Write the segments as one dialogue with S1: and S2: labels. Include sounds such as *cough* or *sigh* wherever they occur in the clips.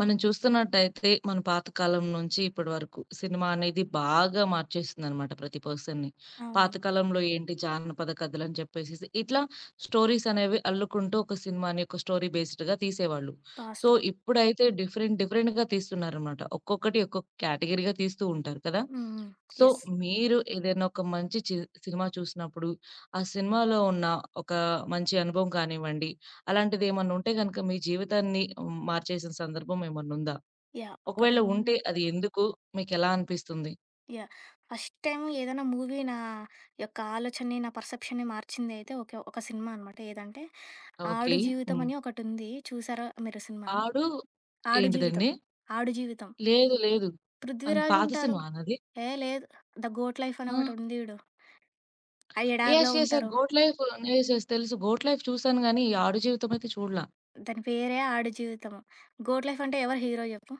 S1: మనం చూస్తున్నట్టయితే మన పాతకాలం నుంచి ఇప్పటి వరకు సినిమా అనేది బాగా మార్చేస్తుందనమాట ప్రతి పర్సన్‌ని.
S2: అవునవును.
S1: పాతకాలంలో ఏంటి జానపద కథలని చెప్పేసేసి ఇట్లా స్టోరీస్ అనేవి అల్లుకుంటూ ఒక సినిమాని ఒక స్టోరీ బేస్డ్‌గా తీసేవాళ్ళు. సో,
S2: వాస్తవం.
S1: ఇప్పుడైతే డిఫరెంట్ డిఫరెంట్‌గా తీస్తున్నారనమాట. ఒక్కొక్కటి ఒక్కొక్క కేటగిరీగా తీస్తూ ఉంటారు కదా!
S2: హ్మ్. హ్మ్.
S1: So,
S2: yes.
S1: మీరు ఏదైనా ఒక మంచి సినిమా చూసినప్పుడు ఆ సినిమాలో ఉన్న ఒక మంచి అనుభవం కానివ్వండి, అలాంటిదేమన్నా ఉంటే గనక మీ జీవితాన్ని మార్చేసిన సందర్భం ఏమన్నుందా?
S2: యాహ్!
S1: ఒకవేళ
S2: ఒకటుంది.
S1: ఉంటే అది ఎందుకు? మీకెలా అనిపిస్తుంది?
S2: యాహ్! ఫస్ట్ టైమ్ ఏదైనా మూవీ నా యొక్క ఆలోచనని, నా పర్సెప్షన్‌ని మార్చిందయితే ఒకే ఒక సినిమా అనమాట. ఏదంటే
S1: ఓకే.
S2: 'ఆడు జీవితం'
S1: హ్మ్.
S2: అని ఒకటుంది. చూసారా మీరు సినిమా?
S1: ఆడు
S2: 'ఆడు జీవితం',
S1: ఏంటిదండి?
S2: 'ఆడు జీవితం'
S1: లేదు. లేదు.
S2: 'పృథ్వీరాజ్'
S1: పాత
S2: ఉంటారు.
S1: సినిమానా అది?
S2: ఏ లేదు 'ద గోట్ లైఫ్' అని
S1: ఆ!
S2: ఒకటుంది జూడు. ఆ
S1: యెస్.
S2: ఎడారిలో
S1: యెస్. యెస్.
S2: ఉంటారు.
S1: 'Goat Life' yes. యెస్. తెలుసు. 'గోట్ లైఫ్' చూసాను గానీ, ఈ 'ఆడు జీవితం' అయితే చూడలా.
S2: దాని పేరే 'ఆడు జీవితం'. 'గోట్ లైఫ్' అంటే ఎవరు హీరో జెప్పు?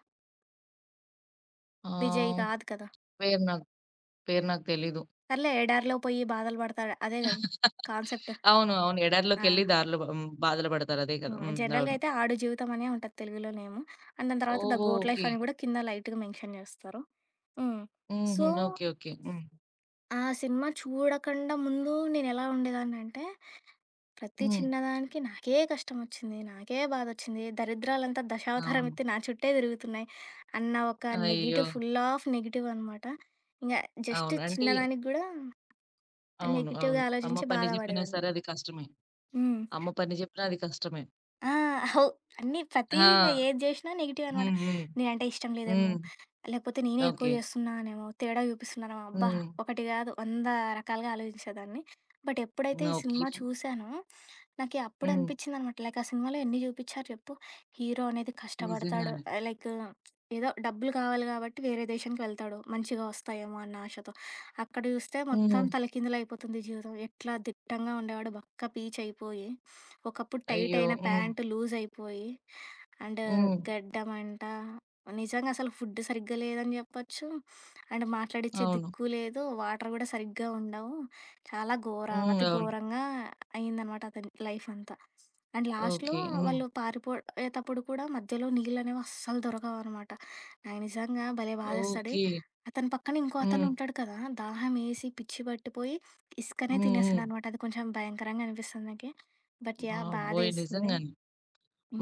S2: విజయ్
S1: ఆహ్,
S2: కాదు కదా!
S1: పేరు నాకు పేరు నాకు తెలీదు.
S2: సర్లే ఎడారిలో పోయి బాధలు పడతాడు. అదే గదా!
S1: *laughs*
S2: కాన్సెప్ట్.
S1: అవును. అవును.
S2: ఆ!
S1: ఎడారిలోకెళ్ళి దారిలో బాధలు పడతారు. అదే కదా!
S2: హ్మ్.
S1: హ్మ్.
S2: జనరల్‌గా
S1: అవును.
S2: అయితే 'ఆడు జీవితం' అనే ఉంటది తెలుగులో నేము. అండ్ దాని తర్వాత 'ద
S1: ఓహో!
S2: Goat Life'
S1: okay.
S2: అని కూడా కింద లైట్‌గా మెన్షన్ చేస్తారు. హ్మ్.
S1: హుహు.
S2: So,
S1: okay. ఓకే. హ్మ్.
S2: ఆ సినిమా చూడకండా ముందు నేనెలా ఉండేదాన్నంటే, ప్రతి
S1: హ్మ్.
S2: చిన్నదానికి నాకే కష్టమొచ్చింది, నాకే బాధొచ్చింది, దరిద్రాలంతా దశావతారం
S1: అవును.
S2: ఎత్తి నా చుట్టే తిరుగుతున్నాయి అన్న ఒక
S1: అయ్యో!
S2: నెగెటివ్ ఫుల్ ఆఫ్ నెగెటివ్ అనమాట. ఇంగ జస్ట్
S1: అవును. అంటే
S2: చిన్నదానికి గూడా
S1: అవును. అవును.
S2: నెగెటివ్‌గా
S1: అమ్మ
S2: ఆలోచించి
S1: పని జెప్పినా
S2: బాధపడేదాన్ని.
S1: సరే అది కష్టమే.
S2: హ్మ్.
S1: అమ్మ పని జెప్పినా అది కష్టమే.
S2: ఆ! అవ్ అన్నీ
S1: ఆ!
S2: ప్రతీదీ ఇంక ఏది జేషినా నెగెటివ్ అనమాట.
S1: హ్మ్. హ్మ్.
S2: నేనంటే ఇష్టం లేదేమో,
S1: హ్మ్.
S2: లేకపోతే నేనే ఎక్కువ
S1: ఓకే.
S2: జేస్తున్నానేమో, తేడా జూపిస్తున్నానేమో, అబ్బా!
S1: హ్మ్.
S2: ఒకటి గాదు 100 రకాలుగా ఆలోచించేదాన్ని. బట్ ఎప్పుడైతే ఈ
S1: ఓకే.
S2: సినిమా చూసానో, నాకి అప్పుడు
S1: హ్మ్.
S2: అనిపిచ్చిందనమాట. లైక్ ఆ సినిమాలో ఎన్ని జూపిచ్చారు జెప్పు. హీరో అనేది కష్టపడతాడు.
S1: నిజంగానే.
S2: లైక్ ఏదో డబ్బులు కావాలి గాబట్టి వేరే దేశానికి వెళ్తాడు. మంచిగా వస్తాయేమో అన్న ఆశతో. అక్కడ జూస్తే
S1: హ్మ్.
S2: మొత్తం తలకిందులైపోతుంది జీవితం. ఎట్లా దిట్టంగా ఉండేవాడు బక్క పీచయిపోయి ఒకప్పుడు టైట్
S1: అయ్యో!
S2: అయిన
S1: హ్మ్.
S2: ప్యాంట్ లూజ్ అయిపోయి, అండ్
S1: హ్మ్.
S2: గడ్డమంట, నిజంగా అసలు ఫుడ్ సరిగ్గా లేదని చెప్పొచ్చు. అండ్ మాట్లాడిచ్చే
S1: అవును.
S2: దిక్కు లేదు. వాటర్ గూడా సరిగ్గా ఉండవు. చాలా
S1: హ్మ్.
S2: ఘోరాతి
S1: అవును.
S2: ఘోరంగా అయిందనమాట అతని లైఫ్ అంతా. అండ్ లాస్ట్‌లో
S1: ఓకే. హ్మ్.
S2: వాళ్ళు పారిపోయేతప్పుడు కూడా మధ్యలో నీళ్ళనేవి అస్సలు దొరకవనమాట. నాకు నిజంగా భలే బాధేస్తది.
S1: ఓకే.
S2: అతని పక్కన ఇంకో అతను
S1: హ్మ్.
S2: ఉంటాడు కదా! దాహమేసి పిచ్చి పట్టిపోయి ఇసుకనే
S1: హ్మ్. హ్మ్.
S2: తినేస్తాడనమాట. అది కొంచెం భయంకరంగా అనిపిస్తుంది నాకి. But yeah!
S1: బాబోయ్!
S2: బాధేసింది.
S1: నిజంగానే.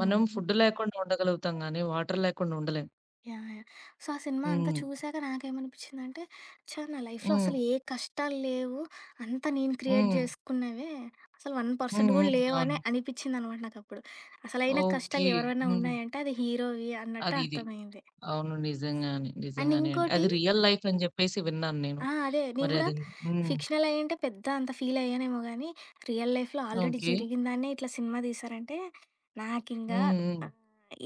S1: మనం ఫుడ్ లేకుండా ఉండగలుగుతాం గానీ, వాటర్ లేకుండా ఉండలేం.
S2: యాహ్! యాహ్! సో, ఆ సినిమా అంతా
S1: హ్మ్.
S2: చూసాక నాకేమనిపించిందంటే, ఛా! నా లైఫ్‌లో
S1: హ్మ్.
S2: అసలు ఏ కష్టాలు లేవు. అంతా నేను క్రియేట్
S1: హ్మ్.
S2: జేసుకున్నవే. అసలు
S1: హ్మ్.
S2: 1%
S1: హ్మ్.
S2: గూడా
S1: అవును.
S2: లేవనే అనిపించిందనమాట నాకప్పుడు. అసలైన
S1: ఓకే.
S2: కష్టాలు ఎవరివైనా
S1: హ్మ్.
S2: ఉన్నాయంటే అది హీరోవి అన్నట్టు
S1: అది ఇది.
S2: అర్థమైంది.
S1: అవును. నిజంగానే.
S2: అండ్
S1: నిజంగానే అండి.
S2: ఇంకోటి
S1: అది రియల్ లైఫ్ అని జెప్పేసి విన్నాను నేను.
S2: ఆ! అదే. నేను
S1: మరి
S2: గూడా
S1: అది హ్మ్.
S2: ఫిక్షనల్ అయ్యుంటే పెద్ద అంత ఫీల్ అయ్యానేమో గానీ, రియల్ లైఫ్‌లో ఆల్రెడీ
S1: ఓకే.
S2: జరిగిన దాన్నే ఇట్లా సినిమా తీశారంటే, నాకింగ
S1: హ్మ్. హ్మ్.
S2: ఆహ్,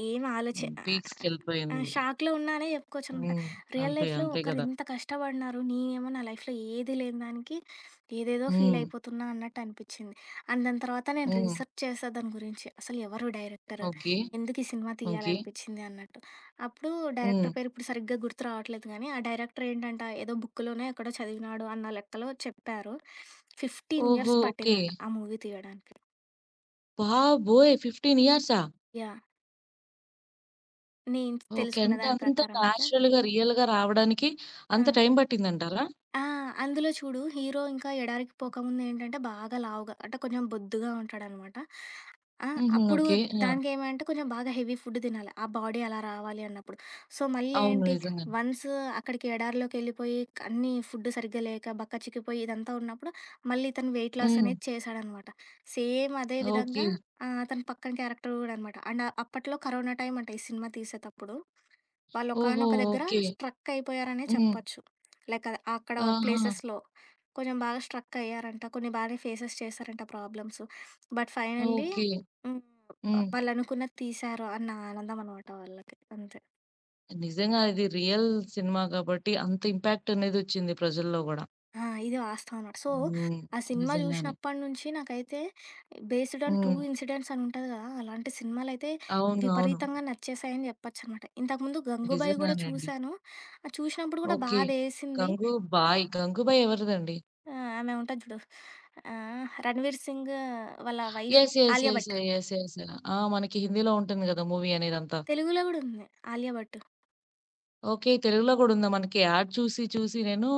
S2: ఏం ఆలోచి
S1: హ్మ్.
S2: ఆహ్,
S1: పీక్స్‌కెళ్ళిపోయింది.
S2: షాక్‌లో ఉన్నా అనే చెప్పుకోవచ్చనమాట.
S1: హ్మ్.
S2: రియల్
S1: అంతే.
S2: లైఫ్‌లో
S1: అంతే
S2: ఒకరు
S1: గదా!
S2: ఇంత కష్టపడినారు. నేనేమో నా లైఫ్‌లో ఏది లేని దానికి ఏదేదో ఫీల్
S1: హ్మ్.
S2: అయిపోతున్నా అన్నట్టు అనిపిచ్చింది. అండ్ దాని తర్వాత నేను
S1: హ్మ్.
S2: రీసెర్చ్ చేశా దాని గురించి. అసలు ఎవరు డైరెక్టర్?
S1: ఓకే.
S2: ఎందుకు ఈ సినిమా
S1: ఓకే.
S2: తీయాలనిపిచ్చింది అన్నట్టు. అప్పుడు
S1: హ్మ్.
S2: డైరెక్టర్ పేరు ఇప్పుడు సరిగ్గా గుర్తు రావట్లేదు కానీ, ఆ డైరెక్టర్ ఏంటంట ఏదో బుక్‌లోనే ఎక్కడో చదివినాడు అన్న లెక్కలో చెప్పారు. 15
S1: ఓహో!
S2: Years
S1: okay.
S2: పట్టిందంట ఆ మూవీ తీయడానికి.
S1: బాబోయ్! 15 ఇయర్సా?
S2: యాహ్! నేను
S1: ఓకే.
S2: తెలుసుకున్న
S1: అంటే
S2: దాని
S1: అంత
S2: ప్రకారం అయితే
S1: నేచురల్‌గా, రియల్‌గా రావడానికి
S2: ఆ!
S1: అంత టైం పట్టిందంటారా?
S2: ఆ! అందులో చూడు హీరో ఇంకా ఎడారికి పోకముందేంటంటే బాగా లావుగా అంటే కొంచెం బొద్దుగా ఉంటాడనమాట. ఆ!
S1: హుహు.
S2: అప్పుడు
S1: ఓకే. ఆ!
S2: దానికేమంటే కొంచెం బాగా హెవీ ఫుడ్ తినాలి. ఆ బాడీ అలా రావాలి అన్నప్పుడు. సో, మళ్ళీ
S1: అవును.
S2: ఏంటి
S1: నిజంగానే.
S2: వన్స్ అక్కడికి ఎడారిలోకెళ్ళిపోయి అన్నీ ఫుడ్ సరిగ్గా లేక బక్క చిక్కిపోయి ఇదంతా ఉన్నప్పుడు మళ్ళీ ఇతను వెయిట్ లాస్
S1: హ్మ్.
S2: అనేది చేశాడనమాట. సేమ్ అదే
S1: ఓకే.
S2: విధంగా అతని పక్కన క్యారెక్టర్ గూడా అనమాట. అండ్ అప్పట్లో కరోనా టైమ్ అంట ఈ సినిమా తీసేతప్పుడు. వాళ్ళు
S1: ఓహో!
S2: ఒకానొక దగ్గర
S1: ఓకే.
S2: స్ట్రక్ అయిపోయారనే
S1: హ్మ్.
S2: చెప్పొచ్చు. లైక్ అ అక్కడ
S1: ఆహా!
S2: ప్లేసెస్‌లో కొంచెం బాగా స్ట్రక్ అయ్యారంట. కొన్ని బానే ఫేసెస్ చేశారంట ప్రాబ్లమ్స్. But finally
S1: okay.
S2: హ్మ్.
S1: హ్మ్.
S2: వాళ్ళనుకున్నది తీశారు అన్న ఆనందం అనమాట వాళ్ళకి. అంతే.
S1: నిజంగా ఇది రియల్ సినిమా కాబట్టి అంత ఇంపాక్ట్ అనేదొచ్చింది ప్రజల్లో గూడా.
S2: ఆ! ఇది వాస్తవం అనమాట. సో,
S1: హ్మ్.
S2: ఆ సినిమా
S1: నిజంగానే.
S2: జూసినప్పటి నుంచి నాకైతే based on
S1: hmm.
S2: True incidents అని ఉంటది గదా! అలాంటి సినిమాలైతే
S1: అవును. అవును.
S2: విపరీతంగా నచ్చేసాయని జెప్పొచ్చనమాట. ఇంతకుముందు 'గంగూబాయి' గూడా
S1: నిజంగానే అండి.
S2: చూశాను. చూసినప్పుడు గూడా
S1: ఓకే.
S2: బాధేసింది.
S1: 'గంగూబాయ్'. 'గంగూబాయ్' ఎవరిదండి?
S2: ఆమె ఉంటది జూడు 'రణ్వీర్ సింగ్' వాళ్ళ wife
S1: yes. Yes.
S2: 'Alia
S1: yes.
S2: Bhatt.'
S1: Yes. Yes. ఆ! మనకి హిందీలో ఉంటుంది గదా! మూవీ అనేదంతా.
S2: తెలుగులో గూడా ఉంది 'ఆలియా భట్.'
S1: ఓకే. తెలుగులో గూడా ఉందా మనకి? యాడ్ చూసి చూసి నేను,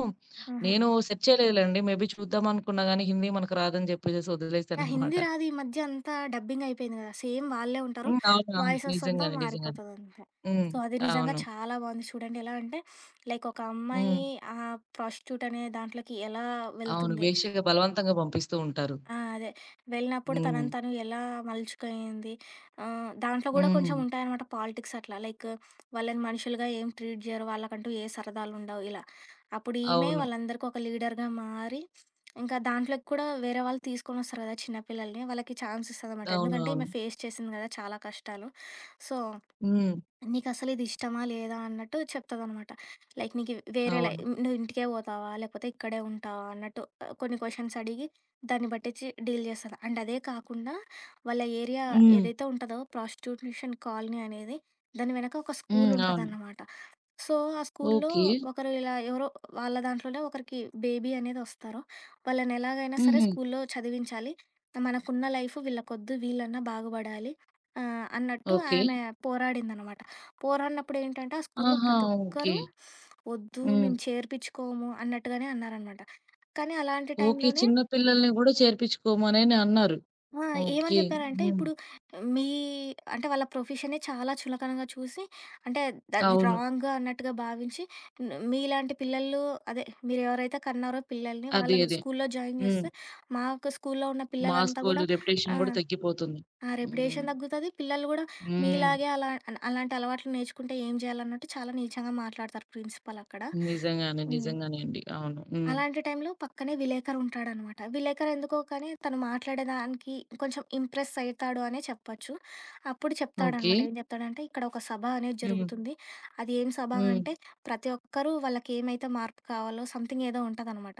S2: ఆహా!
S1: నేను సెర్చ్ చేయలేదులెండి. మేబీ చూద్దాం అనుకున్నా గానీ హిందీ మనకు రాదని జెప్పేసేసి
S2: యాహ్!
S1: వదిలేసాననమాట.
S2: హిందీ రాదు. ఈ మధ్య అంతా డబ్బింగ్ అయిపోయింది గదా! సేమ్ వాళ్ళే ఉంటారు.
S1: హ్మ్. అవునవును.
S2: వాయిసెస్ అంతా
S1: నిజంగానే. నిజంగానే.
S2: మారిపోతదంతే.
S1: హ్మ్.
S2: సో, అది నిజంగా
S1: అవును.
S2: చాలా బావుంది చూడండి. ఎలా అంటే లైక్ ఒక
S1: హ్మ్.
S2: అమ్మాయి ప్రాస్టిట్యూట్ అనే దాంట్లోకి ఎలా
S1: అవును.
S2: వెళ్తుంది?
S1: వేశ్యగా బలవంతంగా పంపిస్తూ ఉంటారు.
S2: ఆ! అదే. వెళ్ళినప్పుడు
S1: హ్మ్.
S2: తనని తను ఎలా మలుచుకయింది. దాంట్లో గూడా
S1: హ్మ్.
S2: కొంచెం ఉంటాయనమాట పాలిటిక్స్ అట్లా. లైక్ వాళ్ళని మనుషులుగా ఏం ట్రీట్ జేయరు. వాళ్ళకంటూ ఏ సరదాలుండవు ఇలా. అప్పుడు ఈమె
S1: అవును.
S2: వాళ్ళందరికీ ఒక లీడర్‌గా మారి, ఇంకా దాంట్లోకి కూడా వేరే వాళ్ళు తీసుకొనొస్తారు గదా! చిన్న పిల్లల్ని. వాళ్ళకి ఛాన్స్ ఇస్తదనమాట.
S1: అవును.
S2: ఎందుకంటే
S1: అవును.
S2: ఈమె ఫేస్ చేసింది గదా! చాలా కష్టాలు. సో
S1: హ్మ్.
S2: నీకసలు ఇది ఇష్టమా? లేదా? అన్నట్టు చెప్తదనమాట. లైక్ నీకు వేరే లై
S1: అవును.
S2: నువ్వు ఇంటికే పోతావా? లేకపోతే ఇక్కడే ఉంటావా? అన్నట్టు కొన్ని క్వెషన్స్ అడిగి దాన్ని బట్టిచ్చి డీల్ చేస్తది. అండ్ అదే కాకుండా వాళ్ళ ఏరియా హ్మ్.
S1: హ్మ్.
S2: ఏదైతే ఉంటదో ప్రాస్టిట్యూషన్ కాలనీ అనేది దాని వెనక ఒక
S1: హ్మ్. అవును.
S2: స్కూలుంటదనమాట. సో, ఆ స్కూల్లో
S1: ఓకే.
S2: ఒకరు ఇలా ఎవరో వాళ్ళ దాంట్లోనే ఒకరికి బేబీ అనేది వస్తారు. వాళ్ళనెలాగైనా హ్మ్. సరే
S1: హుహు.
S2: స్కూల్లో చదివించాలి. మనకున్న లైఫ్ వీళ్ళకొద్దు, వీళ్ళన్నా బాగుపడాలి అన్నట్టు
S1: ఓకే.
S2: ఆమె పోరాడిందనమాట. పోరాడినప్పుడు ఏంటంటే, ఆ స్కూల్లో హ్మ్.
S1: ఆహా!
S2: ప్రతి
S1: ఓకే.
S2: ఒక్కరు వద్దు
S1: హ్మ్.
S2: మేము చేర్పించుకోము అన్నట్టుగానే అన్నారనమాట. కానీ అలాంటి
S1: ఓకే.
S2: టైంలోనే
S1: చిన్న పిల్లల్ని గూడా చేర్పించుకోమనని అన్నారు.
S2: ఆ! ఏమని
S1: ఓకే.
S2: జెప్పారంటే,
S1: హ్మ్.
S2: ఇప్పుడు మీ అంటే వాళ్ళ ప్రొఫెషనే చాలా చులకనగా చూసి, అంటే అది
S1: అవును.
S2: రాంగ్ అన్నట్టుగా భావించి, మీలాంటి పిల్లలు అదే మీరెవరైతే కన్నారో పిల్లల్ని,
S1: అదే.
S2: వాళ్ళని
S1: అదే.
S2: స్కూల్లో జాయిన్
S1: హ్మ్.
S2: జేస్తే, మాకు స్కూల్లో ఉన్న
S1: మా
S2: పిల్లలంతా
S1: స్కూలు
S2: గూడా
S1: రెప్యుటేషన్
S2: ఆ!
S1: గూడా తగ్గిపోతుంది.
S2: ఆ
S1: హ్మ్.
S2: రెప్యుటేషన్ తగ్గుతది. పిల్లలు గూడా
S1: హ్మ్.
S2: మీలాగే అలా అలాంటి అలవాట్లు నేర్చుకుంటే ఏం జేయాలన్నట్టు చాలా నీచంగా మాట్లాడతారు ప్రిన్సిపల్ అక్కడ.
S1: నిజంగానే.
S2: హ్మ్.
S1: నిజంగానే అండి. అవును. హ్మ్.
S2: అలాంటి టైంలో పక్కనే విలేకరు ఉంటాడనమాట. విలేకరు ఎందుకో కానీ తను మాట్లాడేదానికి కొంచెం ఇంప్రెస్ అయితాడు అనే చెప్పొచ్చు. అప్పుడు
S1: ఓకే.
S2: చెప్తాడనమాట. ఏం చెప్తాడంటే, "ఇక్కడ ఒక సభ అనేది
S1: హ్మ్.
S2: జరుగుతుంది. అది ఏం సభ
S1: హ్మ్.
S2: అంటే ప్రతి ఒక్కరూ వాళ్ళకేమైతే మార్పు కావాలో సంథింగ్ ఏదో ఉంటదనమాట.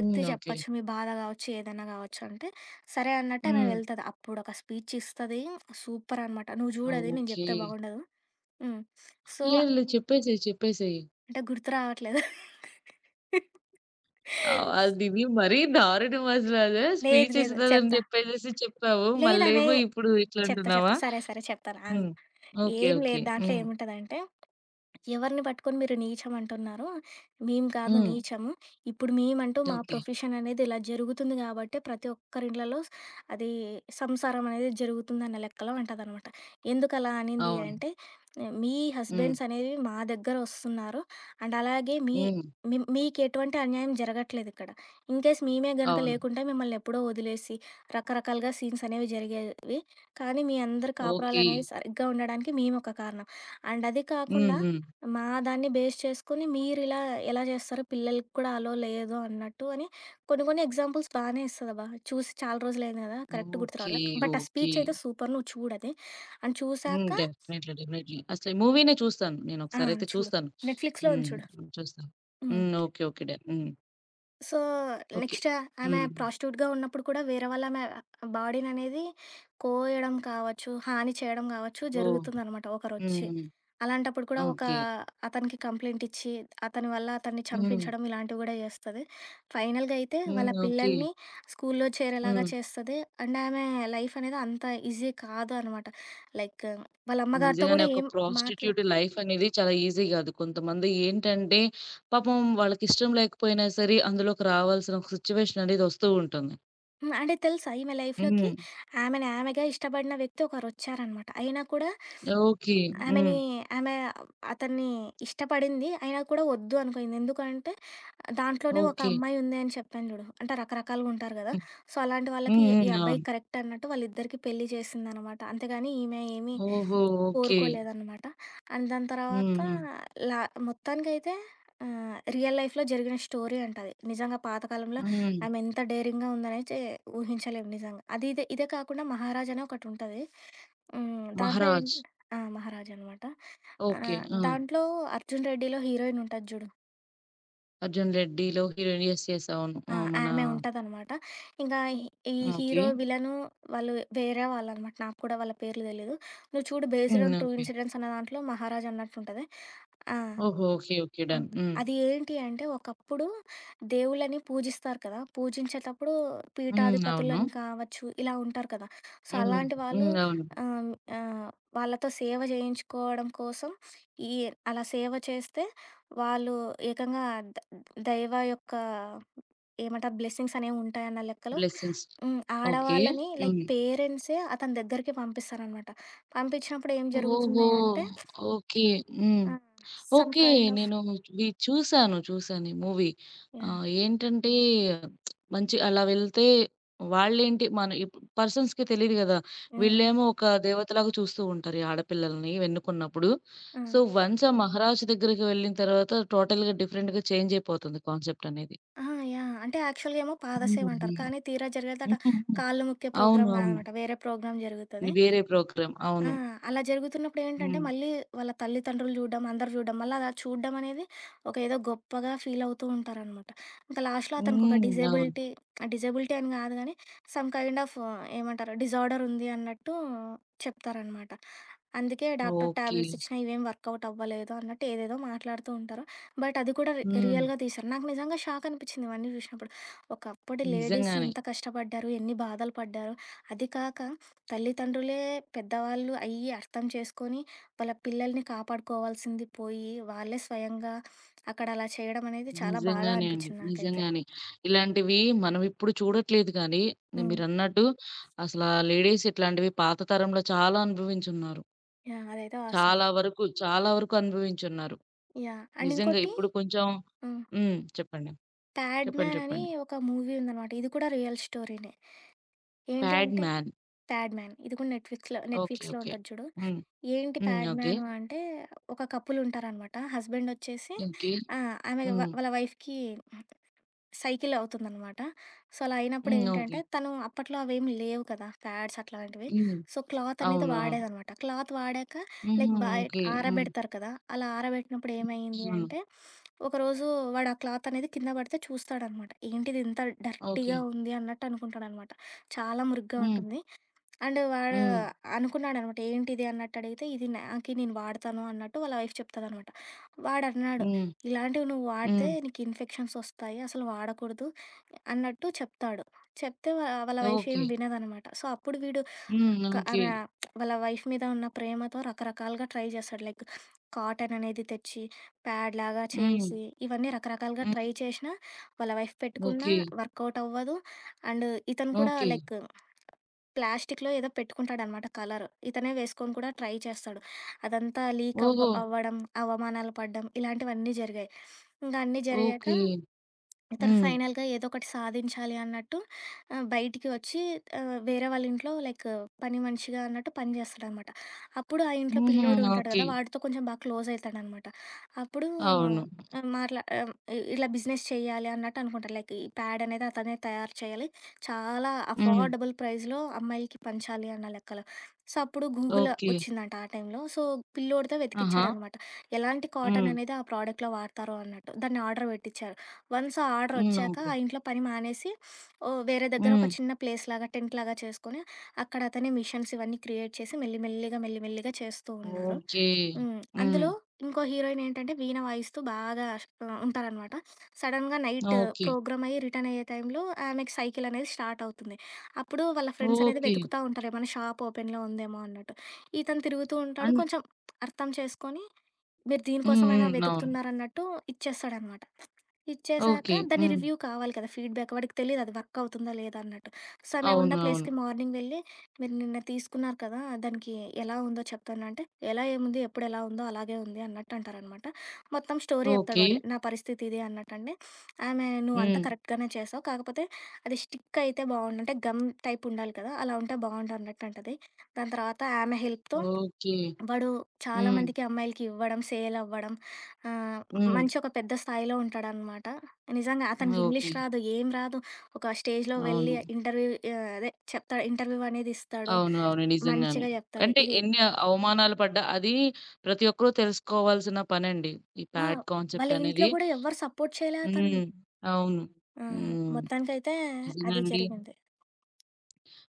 S1: హ్మ్. ఓకే.
S2: చెప్పొచ్చు. మీ బాధ కావచ్చు, ఏదైనా కావచ్చు" అంటే సరే అన్నట్టు ఆమె
S1: హ్మ్.
S2: వెళ్తది. అప్పుడొక స్పీచ్ ఇస్తది. సూపర్ అనమాట. నువ్వు చూడు అది నేను
S1: ఓకే.
S2: చెప్తే బాగుండదు. హ్మ్. సో,
S1: లేదు.
S2: హ్మ్.
S1: లేదు. చెప్పేసేయి. చెప్పేసేయి.
S2: అంటే గుర్తు రావట్లేదు.
S1: అదిది మరీ దారుణం అసలదే.
S2: లేదు.
S1: స్పీచ్
S2: లేదు.
S1: ఇస్తదని
S2: చెప్తా.
S1: చెప్పేసేసి చెప్పావు.
S2: లేదనే
S1: మళ్ళేమో ఇప్పుడు
S2: చెప్తా.
S1: ఇట్లంటున్నావా?
S2: సరే. సరే. చెప్తాను ఆగు.
S1: హ్మ్. ఓకే.
S2: ఏం
S1: ఓకే.
S2: లేదు దాంట్లో
S1: హ్మ్.
S2: ఏముంటదంటే ఎవరిని పట్టుకొని మీరు నీచం అంటున్నారో, మేము కాదు హ్మ్.
S1: హ్మ్.
S2: నీచము. ఇప్పుడు మేమంటూ మా
S1: ఓకే.
S2: ప్రొఫెషన్ అనేది ఇలా జరుగుతుంది గాబట్టే ప్రతి ఒక్కరి ఇండ్లలో అది సంసారం అనేది జరుగుతుందన్న లెక్కలో అంటదనమాట. ఎందుకలా అనింది
S1: అవును.
S2: అంటే, "ఏ, మీ
S1: హ్మ్.
S2: హస్బెండ్స్ అనేవి మా దగ్గర ఒస్తున్నారు. అండ్ అలాగే మీ
S1: హ్మ్.
S2: మీ మీకెటువంటి అన్యాయం జరగట్లేదిక్కడ. ఇన్‌కేస్ మేమే గనక
S1: అవును.
S2: లేకుంటే మిమ్మల్ని ఎప్పుడో వదిలేసి, రకరకాలుగా సీన్స్ అనేవి జరిగేవి. కానీ మీ అందరి
S1: ఓకే.
S2: కాపురాలనేవి సరిగ్గా ఉండడానికి మేమొక కారణం. అండ్ అది
S1: హ్మ్.
S2: కాకుండా
S1: హ్మ్.
S2: మా దాన్ని బేస్ చేసుకొని మీరిలా ఎలా చేస్తారో పిల్లలకి కూడా అలో లేదు అన్నట్టు అని కొన్ని కొన్ని ఎగ్జాంపుల్స్ బాగానే ఇస్తదబ్బా. చూసి చాలా రోజులైంది కదా! కరెక్ట్ గుర్తు
S1: ఓకే.
S2: రావట్లే. బట్ ఆ
S1: ఓకే.
S2: స్పీచ్ అయితే సూపర్! నువ్వు చూడది. అండ్
S1: హ్మ్.
S2: చూసాక
S1: డెఫినైట్‌లీ. డెఫినైట్‌లీ. అసలు మూవీనే చూస్తాను.
S2: ఆ!
S1: నేనొకసారయితే
S2: చూడు.
S1: చూస్తాను.
S2: నెట్‌ఫ్లిక్స్‌లో ఉంది
S1: హ్మ్.
S2: చూడు.
S1: చూస్తాను.
S2: Hmm.
S1: Hmm. Okay. Okay. Done. Hmm.
S2: So,
S1: okay.
S2: Next ఆమె
S1: హ్మ్.
S2: ప్రాస్టిట్యూట్‌గా ఉన్నప్పుడు కూడా వేరే వాళ్ళమె బాడీననేది కోయడం కావచ్చు, హాని చేయడం కావచ్చు
S1: ఓహ్!
S2: జరుగుతుందనమాట
S1: హ్మ్.
S2: ఒకరొచ్చి.
S1: హ్మ్.
S2: అలాంటప్పుడు కూడా ఒక
S1: ఓకే.
S2: అతనికి కంప్లెయింట్ ఇచ్చి, అతని వల్ల అతన్ని
S1: హ్మ్.
S2: చంపించడం ఇలాంటివి కూడా చేస్తది. ఫైనల్‌గా అయితే
S1: హ్మ్.
S2: వాళ్ళ
S1: ఓకే.
S2: పిల్లల్ని స్కూల్లో చేరేలాగా
S1: హ్మ్.
S2: చేస్తది. అండ్ ఆమె లైఫ్ అనేది అంత ఈజీ కాదు అనమాట. లైక్ వాళ్ళ అమ్మగారితో
S1: నిజంగానే
S2: కూడా
S1: ఒక
S2: ఏం మాట్లా
S1: ప్రాస్టిట్యూట్ లైఫ్ అనేది చాలా ఈజీ గాదు. కొంతమంది ఏంటంటే పాపం వాళ్ళకిష్టం లేకపోయినా సరే అందులోకి రావాల్సిన ఒక సిట్యుయేషన్ అనేది వస్తూ ఉంటుంది.
S2: హ్మ్. అంటే తెలుసు ఈమె లైఫ్‌లోకి
S1: హ్మ్.
S2: ఆమెని ఆమెగా ఇష్టపడిన వ్యక్తి ఒకరొచ్చారనమాట. అయినా కూడా
S1: ఓకే. హ్మ్.
S2: ఆమెని ఆమె అతన్ని ఇష్టపడింది. అయినా కూడా వద్దు అనుకుంది. ఎందుకంటే దాంట్లోనే ఒక
S1: ఓకే.
S2: అమ్మాయి ఉంది అని చెప్పాను చూడు. అంటే రకరకాలుగా ఉంటారు గదా!
S1: హ్మ్.
S2: సో, అలాంటి
S1: హ్మ్.
S2: వాళ్ళకి ఈ ఈ
S1: హ్మ్.
S2: అబ్బాయి
S1: అవును.
S2: కరెక్ట్ అన్నట్టు వాళ్ళిద్దరికీ పెళ్లి చేసిందనమాట. అంతేగాని ఈమె ఏమీ
S1: ఓహో! ఓకే.
S2: కోరుకోలేదనమాట. అండ్ దాని
S1: హ్మ్.
S2: తర్వాత
S1: హ్మ్.
S2: లా మొత్తానికైతే రియల్ లైఫ్‌లో జరిగిన స్టోరీ అంట అది. నిజంగా పాతకాలంలో
S1: హ్మ్.
S2: ఆమె ఎంత డేరింగ్‌గా ఉందనైతే ఊహించలేము నిజంగా. అది ఇదే ఇదే కాకుండా 'మహారాజ్' అని ఒకటుంటది. హ్మ్. దాంట్లో
S1: 'మహారాజ్'
S2: ఏంటి ఆ! 'మహారాజా' అనమాట.
S1: ఓకే. ఆ!
S2: దాంట్లో 'అర్జున్ రెడ్డిలో' హీరోయిన్ ఉంటది జూడు.
S1: 'అర్జున్ రెడ్డిలో' హీరోయిన్ యెస్. యెస్. అవును.
S2: ఆ!
S1: ఆ! మన
S2: ఆమె ఉంటదనమాట. ఇంకా ఈ
S1: ఓకే.
S2: హీరో, విలను వాళ్ళు వేరే వాళ్ళనమాట. నాకు కూడా వాళ్ళ పేర్లు తెలీదు. నువ్వు చూడు బేస్డ్
S1: హ్మ్.
S2: On true
S1: okay.
S2: ఇన్సిడెంట్స్ అనే దాంట్లో 'మహారాజా' అన్నట్టుంటది. ఆ!
S1: ఓహో! Okay. Okay.
S2: Hmm.
S1: Done. Hmm.
S2: అది ఏంటి అంటే ఒకప్పుడు దేవుళ్ళని పూజిస్తారు కదా! పూజించేటప్పుడు
S1: హ్మ్. అవును.
S2: పీఠాధిపతులని కావచ్చు, ఇలా ఉంటారు కదా! సో,
S1: హ్మ్.
S2: అలాంటి వాళ్ళు
S1: హ్మ్. అవును.
S2: ఆహ్, ఆహ్, వాళ్ళతో సేవ చేయించుకోవడం కోసం ఈ అలా సేవ చేస్తే వాళ్ళు ఏకంగా ద దైవ యొక్క ఏమంటారు బ్లెస్సింగ్స్ అనేవి ఉంటాయన్న లెక్కలో
S1: బ్లెస్సింగ్స్.
S2: హ్మ్.
S1: ఓకే.
S2: ఆడవాళ్ళని లైక్
S1: హ్మ్.
S2: పేరెంట్సే అతని దగ్గరికి పంపిస్తారనమాట. పంపించినప్పుడు ఏం
S1: ఓహో!
S2: జరుగుతుంది అంటే
S1: ఓకే. హ్మ్.
S2: ఆ! Some
S1: okay.
S2: కైండ్ ఆఫ్
S1: నేను ఇవి చూసాను. చూసాను ఈ మూవీ.
S2: యాహ్!
S1: ఏంటంటే మంచి అలా వెళ్తే వాళ్ళేంటి మన పర్సన్స్‌కి తెలీదు గదా!
S2: హ్మ్.
S1: వీళ్ళేమో ఒక దేవతలాగా చూస్తూ ఉంటారు. ఈ ఆడపిల్లల్ని ఎన్నుకున్నప్పుడు.
S2: ఆ!
S1: సో, వన్స్ ఆ మహారాజు దగ్గరికి వెళ్ళిన తర్వాత టోటల్‌గా డిఫరెంట్‌గా చేంజ్ అయిపోతుంది కాన్సెప్ట్ అనేది.
S2: ఆ! యాహ్! అంటే యాక్చువల్‌గా ఏమో
S1: హ్మ్.
S2: పాదసేవ అంటారు.
S1: హ్మ్.
S2: కానీ తీరా జరిగేదట
S1: హ్మ్. హ్మ్.
S2: కాళ్ళు మొక్కే
S1: అవును.
S2: ప్రోగ్రామ్
S1: అవును.
S2: కాదనమాట. వేరే ప్రోగ్రామ్ జరుగుతది.
S1: వేరే ప్రోగ్రామ్.
S2: ఆ!
S1: అవును.
S2: అలా జరుగుతున్నప్పుడేంటంటే,
S1: హ్మ్.
S2: మళ్ళీ వాళ్ళ తల్లిదండ్రులు జూడడం, అందరూ జూడడం, మళ్ళా అలా చూడడం అనేది ఒక ఏదో గొప్పగా ఫీలవుతూ ఉంటారనమాట. ఇంకా లాస్ట్‌లో అతనికొక
S1: హ్మ్. అవును.
S2: డిజేబిలిటీ డిజేబిలిటీ అని గాదు గానీ, సమ్ కైండ్ ఆఫ్ ఏమంటారు డిజార్డరుంది అన్నట్టు చెప్తారనమాట. అందుకే డాక్టర్
S1: ఓకే.
S2: టాబ్లెట్స్ ఇచ్చినా ఇవేం వర్కౌట్ అవ్వలేదు అన్నట్టు ఏదేదో మాట్లాడుతూ ఉంటారు. బట్ అది కూడా
S1: హ్మ్.
S2: రియల్‌గా తీశారు. నాకు నిజంగా షాక్ అనిపిచ్చింది ఇవన్నీ జూసినప్పుడు. ఒకప్పటి లేడీస్
S1: నిజంగానే.
S2: ఇంత కష్టపడ్డారు, ఎన్ని బాధలు పడ్డారు. అది కాక తల్లిదండ్రులే పెద్దవాళ్ళు అయ్యి అర్థం చేసుకొని, వాళ్ళ పిల్లల్ని కాపాడుకోవాల్సింది పోయి, వాళ్ళే స్వయంగా అక్కడ అలా చేయడం అనేది చాలా బాధ
S1: నిజంగానే అండి.
S2: అనిపిచ్చింది నాకైతే.
S1: నిజంగానే. ఇలాంటివి మనం ఇప్పుడు చూడట్లేదు కానీ,
S2: హ్మ్.
S1: మీరన్నట్టు అసలా లేడీస్ ఇట్లాంటివి పాత తరంలో చాలా అనుభవించున్నారు.
S2: యాహ్! అదైతే వాస్తవం.
S1: చాలా వరకు, చాలా వరకు అనుభవించున్నారు.
S2: యాహ్! అండ్
S1: నిజంగా
S2: ఇంకోటి
S1: ఇప్పుడు కొంచెం
S2: హ్మ్.
S1: హ్మ్. చెప్పండి.
S2: 'ప్యాడ్
S1: చెప్పండి.
S2: మ్యాన్' అని
S1: చెప్పండి.
S2: ఒక మూవీ ఉందనమాట. ఇది కూడా రియల్ స్టోరీనే. ఏంటి
S1: 'ప్యాడ్
S2: అంటే
S1: మ్యాన్.'
S2: 'ప్యాడ్ మ్యాన్' ఇది కూడా నెట్‌ఫ్లిక్స్‌లో
S1: ఓకే.
S2: నెట్‌ఫ్లిక్స్‌లో
S1: ఓకే.
S2: ఉంటది చూడు.
S1: హ్మ్.
S2: ఏంటి
S1: హ్మ్.
S2: 'Pad
S1: okay.
S2: మ్యాన్' అంటే ఒక కపుల్ ఉంటారనమాట. హస్బెండ్ వచ్చేసి
S1: ఓకే.
S2: ఆ! ఆమె వ
S1: హ్మ్.
S2: వాళ్ళ వైఫ్‌కి సైకిల్ అవుతుందనమాట. సో, అలా అయినప్పుడు హ్మ్.
S1: హ్మ్. ఓకే.
S2: ఏంటంటే, తను అప్పట్లో అవేమి లేవు కదా! ప్యాడ్స్ అట్లాంటివి.
S1: హ్మ్.
S2: సో, క్లాత్ అనేది
S1: అవును. అవును.
S2: వాడేదనమాట. క్లాత్ వాడాక
S1: హుహు.
S2: లైక్ బయట
S1: ఓకే. హ్మ్.
S2: ఆరబెడతారు కదా! అలా ఆరబెట్టినప్పుడు ఏమైంది
S1: అవును.
S2: అంటే, ఒకరోజు వాడు ఆ క్లాత్ అనేది కింద పడితే చూస్తాడనమాట. ఏంటిది ఇంత
S1: ఓకే.
S2: డర్టీగా ఉంది అన్నట్టు అనుకుంటాడనమాట. చాలా మురికిగా
S1: హ్మ్.
S2: ఉంటుంది. అండ్ వాడు
S1: హ్మ్.
S2: అనుకున్నాడనమాట. ఏంటిది అన్నట్టడిగితే, ఇది నాకి నేను వాడతాను అన్నట్టు వాళ్ళ వైఫ్ చెప్తదనమాట. వాడన్నాడు,
S1: హ్మ్.
S2: "ఇలాంటివి నువ్వు వాడితే
S1: హ్మ్.
S2: నీకు ఇన్ఫెక్షన్స్ ఒస్తాయి. అసలు వాడకూడదు" అన్నట్టు చెప్తాడు. చెప్తే వాళ్ళ వైఫ్ ఏం
S1: ఓకే.
S2: వినదనమాట. సో, అప్పుడు వీడు
S1: హ్మ్.
S2: క
S1: ఓకే.
S2: ఆమె వాళ్ళ వైఫ్ మీద ఉన్న ప్రేమతో రకరకాలుగా ట్రై చేస్తాడు. లైక్ కాటన్ అనేది తెచ్చి, ప్యాడ్‌లాగా
S1: హ్మ్.
S2: చేసి, ఇవన్నీ రకరకాలుగా
S1: హ్మ్.
S2: ట్రై చేషినా వాళ్ళ వైఫ్ పెట్టుకున్నా
S1: ఓకే.
S2: వర్కౌట్ అవ్వదు. అండ్ ఇతను కూడా
S1: ఓకే.
S2: లైక్ ప్లాస్టిక్‌లో ఏదో పెట్టుకుంటాడనమాట కలర్. ఇతనే వేసుకొని కూడా ట్రై చేస్తాడు. అదంతా లీక్
S1: ఓహో!
S2: అవ్వడం, అవమానాలు పడడం ఇలాంటివన్నీ జరిగాయి. ఇంక అన్నీ జరిగాక
S1: ఓకే.
S2: ఇతను
S1: హ్మ్.
S2: ఫైనల్‌గా ఏదో ఒకటి సాధించాలి అన్నట్టు బయటికి వచ్చి వేరే వాళ్ళ ఇంట్లో లైక్ పని మనిషిగా అన్నట్టు పని చేస్తాడనమాట. అప్పుడు ఆ ఇంట్లో
S1: హుహు.
S2: పిల్లోడు ఉంటాడు
S1: ఓకే.
S2: కదా! వాడితో కొంచెం బాగా క్లోజ్ అయితాడనమాట. అప్పుడు అవును.
S1: అవును.
S2: ఆహ్, మాట్లా ఆహ్, ఇలా బిజినెస్ చేయాలి అన్నట్టు అనుకుంటాడు. లైక్ ఈ ప్యాడ్ అనేది అతనే తయారు చేయాలి. చాలా హ్మ్.
S1: హ్మ్.
S2: అఫోర్డబుల్ ప్రైస్‌లో అమ్మాయిలకి పంచాలి అన్న లెక్కలో. సో, అప్పుడు గూగుల్
S1: ఓకే.
S2: వచ్చిందంట ఆ టైంలో. సో, పిల్లోడితో
S1: ఆహా!
S2: వెతికిచ్చాడనమాట. ఎలాంటి కాటన్
S1: హ్మ్.
S2: అనేది ఆ ప్రోడక్ట్‌లో వాడతారో అన్నట్టు. దాన్ని ఆర్డర్ పెట్టిచ్చారు. వన్స్ ఆ ఆర్డర్
S1: హ్మ్.
S2: వచ్చాక
S1: ఓకే.
S2: ఆ ఇంట్లో పని మానేసి ఓహ్! వేరే దగ్గర
S1: హ్మ్.
S2: ఒక చిన్న ప్లేస్ లాగా టెంట్ లాగా చేసుకొని, అక్కడ అతనే మిషన్స్ ఇవన్నీ క్రియేట్ చేసి మెల్లి మెల్లిగా, మెల్లి మెల్లిగా చేస్తూ ఉన్నారు.
S1: ఓకే.
S2: హ్మ్.
S1: హ్మ్.
S2: అందులో ఇంకో హీరోయిన్ ఏంటంటే వీణ వాయిస్తూ బాగా ఉంటారనమాట. సడెన్‌గా నైట్
S1: ఓకే.
S2: ప్రోగ్రామ్ అయ్యి రిటర్న్ అయ్యే టైంలో ఆమెకి సైకిల్ అనేది స్టార్ట్ అవుతుంది. అప్పుడు వాళ్ళ ఫ్రెండ్స్ అనేది
S1: ఓకే.
S2: వెతుకుతా ఉంటారు. ఏమైనా షాప్ ఓపెన్‌లో ఉందేమో అన్నట్టు. ఇతను తిరుగుతూ ఉంటాడు.
S1: అన్
S2: కొంచెం అర్థం చేసుకొని, మీరు
S1: హ్మ్.
S2: దీనికోసమైనా
S1: హ్మ్. అవును.
S2: వెతుకుతున్నారన్నట్టు ఇచ్చేస్తాడనమాట. ఇచ్చేసాక
S1: ఓకే.
S2: దాని
S1: హ్మ్.
S2: రివ్యూ కావాలి కదా! ఫీడ్‌బ్యాక్. వాడికి తెలీదు అది వర్క్ అవుతుందా లేదా అన్నట్టు. సో, మేమున్న
S1: అవును. అవును.
S2: ప్లేస్‌కి మార్నింగ్ వెళ్ళి, "మీరు నిన్న తీసుకున్నారు కదా! దానికి ఎలా ఉందో చెప్తాను" అంటే, "ఎలా ఏముంది? ఎప్పుడు ఎలా ఉందో అలాగే ఉంది" అన్నట్టు అంటారనమాట. మొత్తం స్టోరీ చెప్తాడు
S1: ఓకే.
S2: వాడిది. నా పరిస్థితి ఇది అన్నట్టండి. ఆమె "నువ్వు అంతా
S1: హ్మ్.
S2: కరెక్ట్‌గానే చేసావు. కాకపోతే అది స్టిక్ అయితే బావుండు" అంటే గమ్ టైప్ ఉండాలి కదా! అలా ఉంటే బావుండు అన్నట్టు అంటది. దాని తర్వాత ఆమె హెల్ప్‌తో
S1: ఓకే.
S2: వాడు చాలా
S1: హ్మ్.
S2: మందికి అమ్మాయిలకి ఇవ్వడం, సేల్ అవ్వడం ఆహ్,
S1: హ్మ్.
S2: మంచి ఒక పెద్ద స్థాయిలో ఉంటాడనమాట. నిజంగా అతనికి ఇంగ్లీష్
S1: ఓకే.
S2: రాదు, ఏం రాదు. ఒక స్టేజ్‌లో
S1: అవును.
S2: వెళ్ళి ఇంటర్వ్యూ అదే చెప్తాడు. ఇంటర్వ్యూ అనేది ఇస్తాడు.
S1: అవును. అవును. నిజంగానే.
S2: మంచిగా చెప్తాడు.
S1: అంటే
S2: ఇది
S1: ఎన్ని అవమానాలు పడ్డా అది ప్రతి ఒక్కరు తెలుసుకోవాల్సిన పనండి. ఈ
S2: ఆ!
S1: ప్యాడ్
S2: వాళ్ళ
S1: కాన్సెప్ట్
S2: ఇంట్లో
S1: అనేది.
S2: కూడా ఎవ్వరు సపోర్ట్ చేయలే అతన్ని.
S1: హ్మ్. అవును.
S2: ఆ!
S1: హ్మ్.
S2: మొత్తానికైతే అది
S1: నిజంగానండి.
S2: జరిగింది.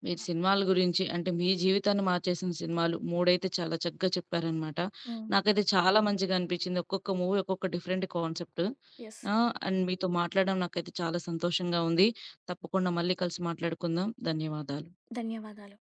S1: మీరు సినిమాల గురించి అంటే మీ జీవితాన్ని మార్చేసిన సినిమాలు 3 అయితే చాలా చక్కగా చెప్పారనమాట.
S2: హ్మ్.
S1: నాకైతే చాలా మంచిగా అనిపించింది. ఒక్కొక్క మూవీ ఒక్కొక్క డిఫరెంట్ కాన్సెప్ట్.
S2: యెస్.
S1: ఆ! అండ్ మీతో మాట్లాడడం నాకైతే చాలా సంతోషంగా ఉంది. తప్పకుండా మళ్ళీ కలిసి మాట్లాడుకుందాం. ధన్యవాదాలు.
S2: ధన్యవాదాలు.